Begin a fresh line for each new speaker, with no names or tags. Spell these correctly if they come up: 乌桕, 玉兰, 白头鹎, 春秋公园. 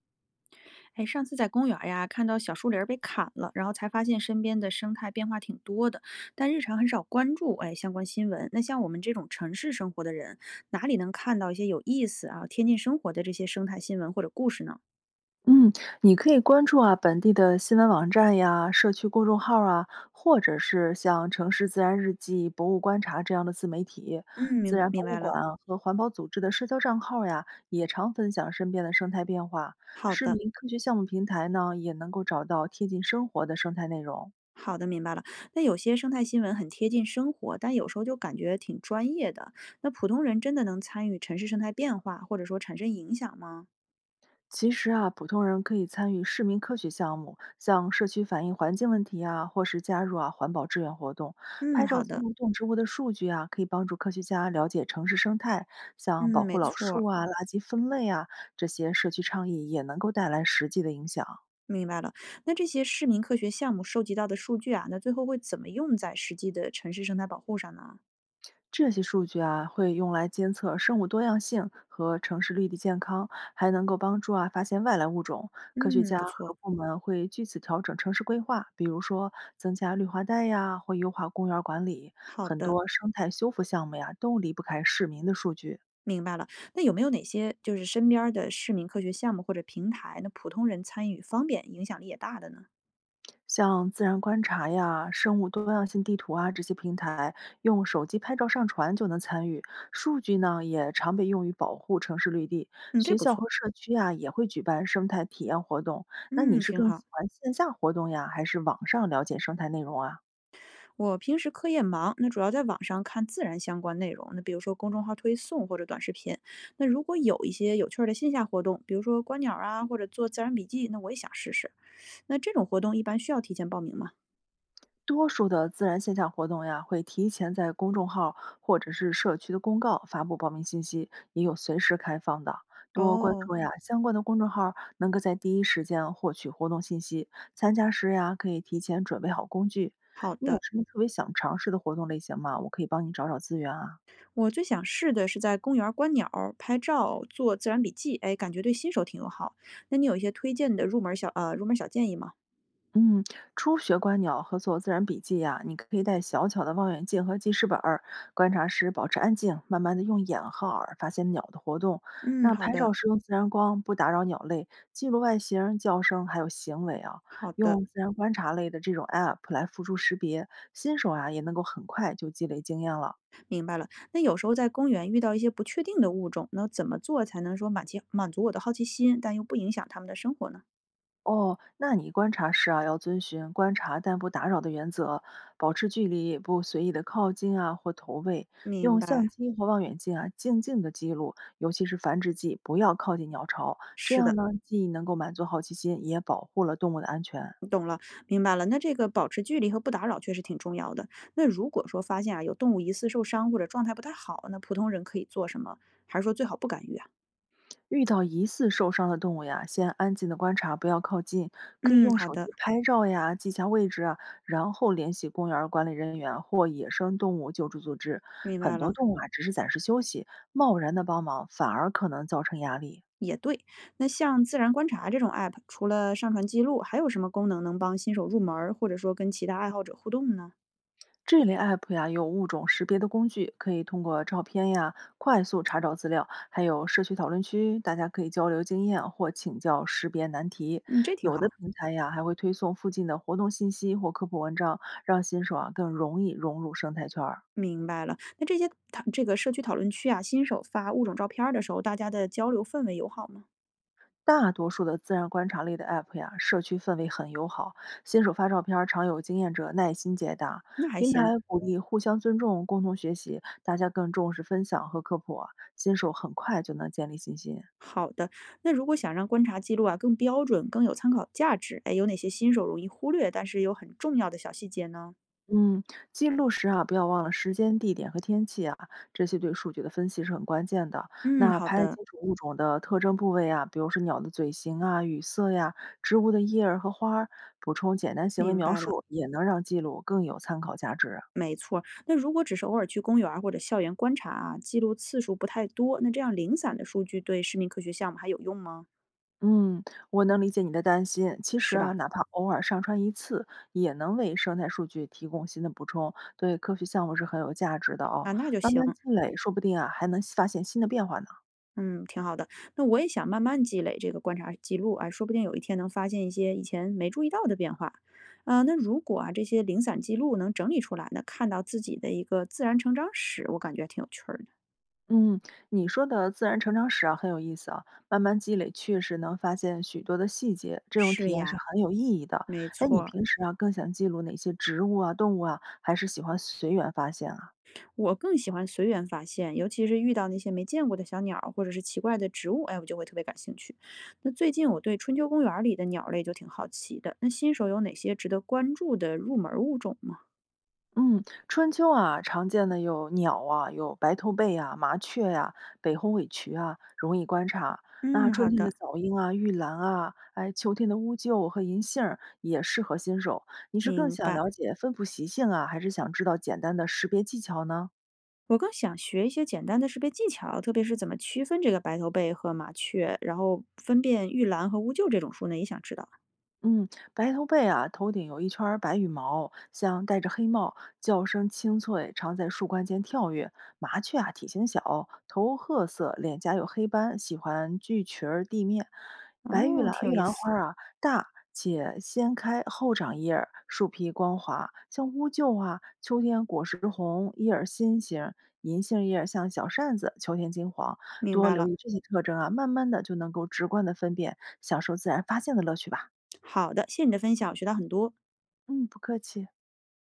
哎，上次在公园儿呀，看到小树林儿被砍了，然后才发现身边的生态变化挺多的，但日常很少关注相关新闻。那像我们这种城市生活的人，哪里能看到一些有意思啊、贴近生活的这些生态新闻或者故事呢？
嗯，你可以关注啊本地的新闻网站呀、社区公众号啊，或者是像《城市自然日记》《博物观察》这样的自媒体，
嗯，
自
明白
然博
明
物
白了。
馆啊和环保组织的社交账号呀，也常分享身边的生态变化。
好
市
的，
民科学项目平台呢，也能够找到贴近生活的生态内容。
好的，明白了。那有些生态新闻很贴近生活，但有时候就感觉挺专业的。那普通人真的能参与城市生态变化，或者说产生影响吗？
其实啊，普通人可以参与市民科学项目，像社区反映环境问题啊，或是加入啊环保志愿活动，拍
嗯，
照
好
记
的，
录动植物的数据啊，可以帮助科学家了解城市生态，
嗯，
像保护
没
老树
错
啊、垃圾分类啊，这些社区倡议也能够带来实际的影响。
明白了，那这些市民科学项目收集到的数据啊，那最后会怎么用在实际的城市生态保护上呢？
这些数据啊，会用来监测生物多样性和城市绿地健康，还能够帮助啊发现外来物种。科学
嗯，
家
不
和
错，
部门会据此调整城市规划，比如说增加绿化带呀，或优化公园管理。
好
很
的，
多生态修复项目呀，都离不开市民的数据。
明白了。那有没有哪些就是身边儿的市民科学项目或者平台，那普通人参与方便、影响力也大的呢？
像自然观察呀、生物多样性地图啊这些平台，用手机拍照上传就能参与。数据呢也常被用于保护城市绿地，
嗯，这
学
不
校
错，
和社区呀也会举办生态体验活动。那你
嗯，
是
挺
更
好。
喜欢线下活动呀，还是网上了解生态内容啊？
我平时课业忙，那主要在网上看自然相关内容，那比如说公众号推送或者短视频。那如果有一些有趣儿的线下活动，比如说观鸟儿啊，或者做自然笔记，那我也想试试。那这种活动一般需要提前报名吗？
多数的自然线下活动呀，会提前在公众号或者是社区的公告发布报名信息，也有随时开放的。多关
哦，
注呀相关的公众号，能够在第一时间获取活动信息。参加时呀，可以提前准备好工具。
好
你有
的。
什么特别想尝试的活动类型吗？我可以帮你找找资源啊。
我最想试的是在公园儿观鸟儿拍照、做自然笔记，哎，感觉对新手挺友好。那你有一些推荐的入门儿小建议吗？
嗯，初学观鸟和做自然笔记呀、你可以带小巧的望远镜和记事本儿，观察时保持安静，慢慢的用眼和耳发现鸟的活动。
嗯，
那
好
拍照
的，
时用自然光，不打扰鸟类，记录外形、叫声还有行为啊。
好的，
用自然观察类的这种 app 来辅助识别，新手啊也能够很快就积累经验了。
明白了。那有时候在公园遇到一些不确定的物种，那怎么做才能说满足我的好奇心，但又不影响他们的生活呢？
哦，那你观察时啊，要遵循观察但不打扰的原则，保持距离，不随意的靠近啊或投喂，
明
用
白，
相机或望远镜啊静静的记录，尤其是繁殖季，不要靠近鸟巢，这
是
样
的，
呢，既能够满足好奇心，也保护了动物的安全。
懂了，明白了。那这个保持距离和不打扰确实挺重要的。那如果说发现啊有动物疑似受伤或者状态不太好，那普通人可以做什么？还是说最好不干预啊？
遇到疑似受伤的动物呀，先安静的观察，不要靠近，可以
嗯，
用
好
手
的，
机拍照呀，记下位置啊，然后联系公园儿管理人员或野生动物救助组织。
明
很
白
多
了，
动物啊，只是暂时休息，贸然的帮忙反而可能造成压力。
也对。那像自然观察这种 app，除了上传记录，还有什么功能能帮新手入门儿，或者说跟其他爱好者互动呢？
这类 app 呀，有物种识别的工具，可以通过照片呀快速查找资料，还有社区讨论区，大家可以交流经验或请教识别难题。
嗯，这挺
有的
好。
平台呀，还会推送附近的活动信息或科普文章，让新手啊更容易融入生态圈儿。
明白了，那这些这个社区讨论区啊，新手发物种照片儿的时候，大家的交流氛围友好吗？
大多数的自然观察类的 app 呀，社区氛围很友好，新手发照片儿常有经验者耐心解答。
那还
平
行。
台鼓励互相尊重、共同学习，大家更重视分享和科普啊新手很快就能建立信心。
好的，那如果想让观察记录啊更标准、更有参考价值，哎，有哪些新手容易忽略但是又很重要的小细节呢？
嗯，记录时啊，不要忘了时间、地点和天气啊，这些对数据的分析是很关键的。
嗯，
那
好
拍
的，
清楚物种的特征部位啊，比如说鸟的嘴型啊、羽色呀、植物的叶儿和花儿，补充简单行为
明
描
白了。
述，也能让记录更有参考价值啊。
没错儿那如果只是偶尔去公园儿或者校园观察啊，记录次数不太多，那这样零散的数据对市民科学项目还有用吗？
嗯，我能理解你的担心。其实
是
啊，
吧？
哪怕偶尔上传一次，也能为生态数据提供新的补充，对科学项目是很有价值的哦。
啊，那就
慢
行，
慢积累，说不定啊，还能发现新的变化呢。
嗯，挺好的。那我也想慢慢积累这个观察记录啊，说不定有一天能发现一些以前没注意到的变化。啊，那如果啊这些零散记录能整理出来，呢，看到自己的一个自然成长史，我感觉还挺有趣儿的。
嗯，你说的自然成长史啊，很有意思啊。慢慢积累，确实能发现许多的细节，这种体
是
验是
呀，
很有意义的。
没
哎，你
错儿。
平时啊，更想记录哪些植物啊、动物啊，还是喜欢随缘发现啊？
我更喜欢随缘发现，尤其是遇到那些没见过的小鸟儿或者是奇怪的植物，哎，我就会特别感兴趣。那最近我对春秋公园儿里的鸟类就挺好奇的，那新手有哪些值得关注的入门儿物种吗？
嗯，春秋啊，常见的有鸟啊，有白头鹎啊、麻雀呀、北红尾渠啊，容易观察。那
嗯，
春
好
天的
的，
早莺啊、玉兰啊，哎，秋天的乌桕和银杏儿也适合新手。你是更
明
想
白。
了解分布习性啊，还是想知道简单的识别技巧呢？
我更想学一些简单的识别技巧，特别是怎么区分这个白头鹎和麻雀，然后分辨玉兰和乌桕这种树呢，也想知道。
嗯，白头鹎啊，头顶有一圈儿白羽毛，像戴着黑帽，叫声清脆，常在树冠间跳跃。麻雀啊，体型小，头褐色，脸颊有黑斑，喜欢聚群儿地面。白玉
哦，
兰
挺
玉
有意
兰花
思，
儿啊，大且先开后长叶儿，树皮光滑，像乌桕啊。秋天果实红，叶儿心形，银杏叶儿像小扇子，秋天金黄。
明
多
白
留
了。
意这些特征啊，慢慢的就能够直观的分辨，享受自然发现的乐趣吧。
好的，谢谢你的分享，我学到很多。
嗯，不客气。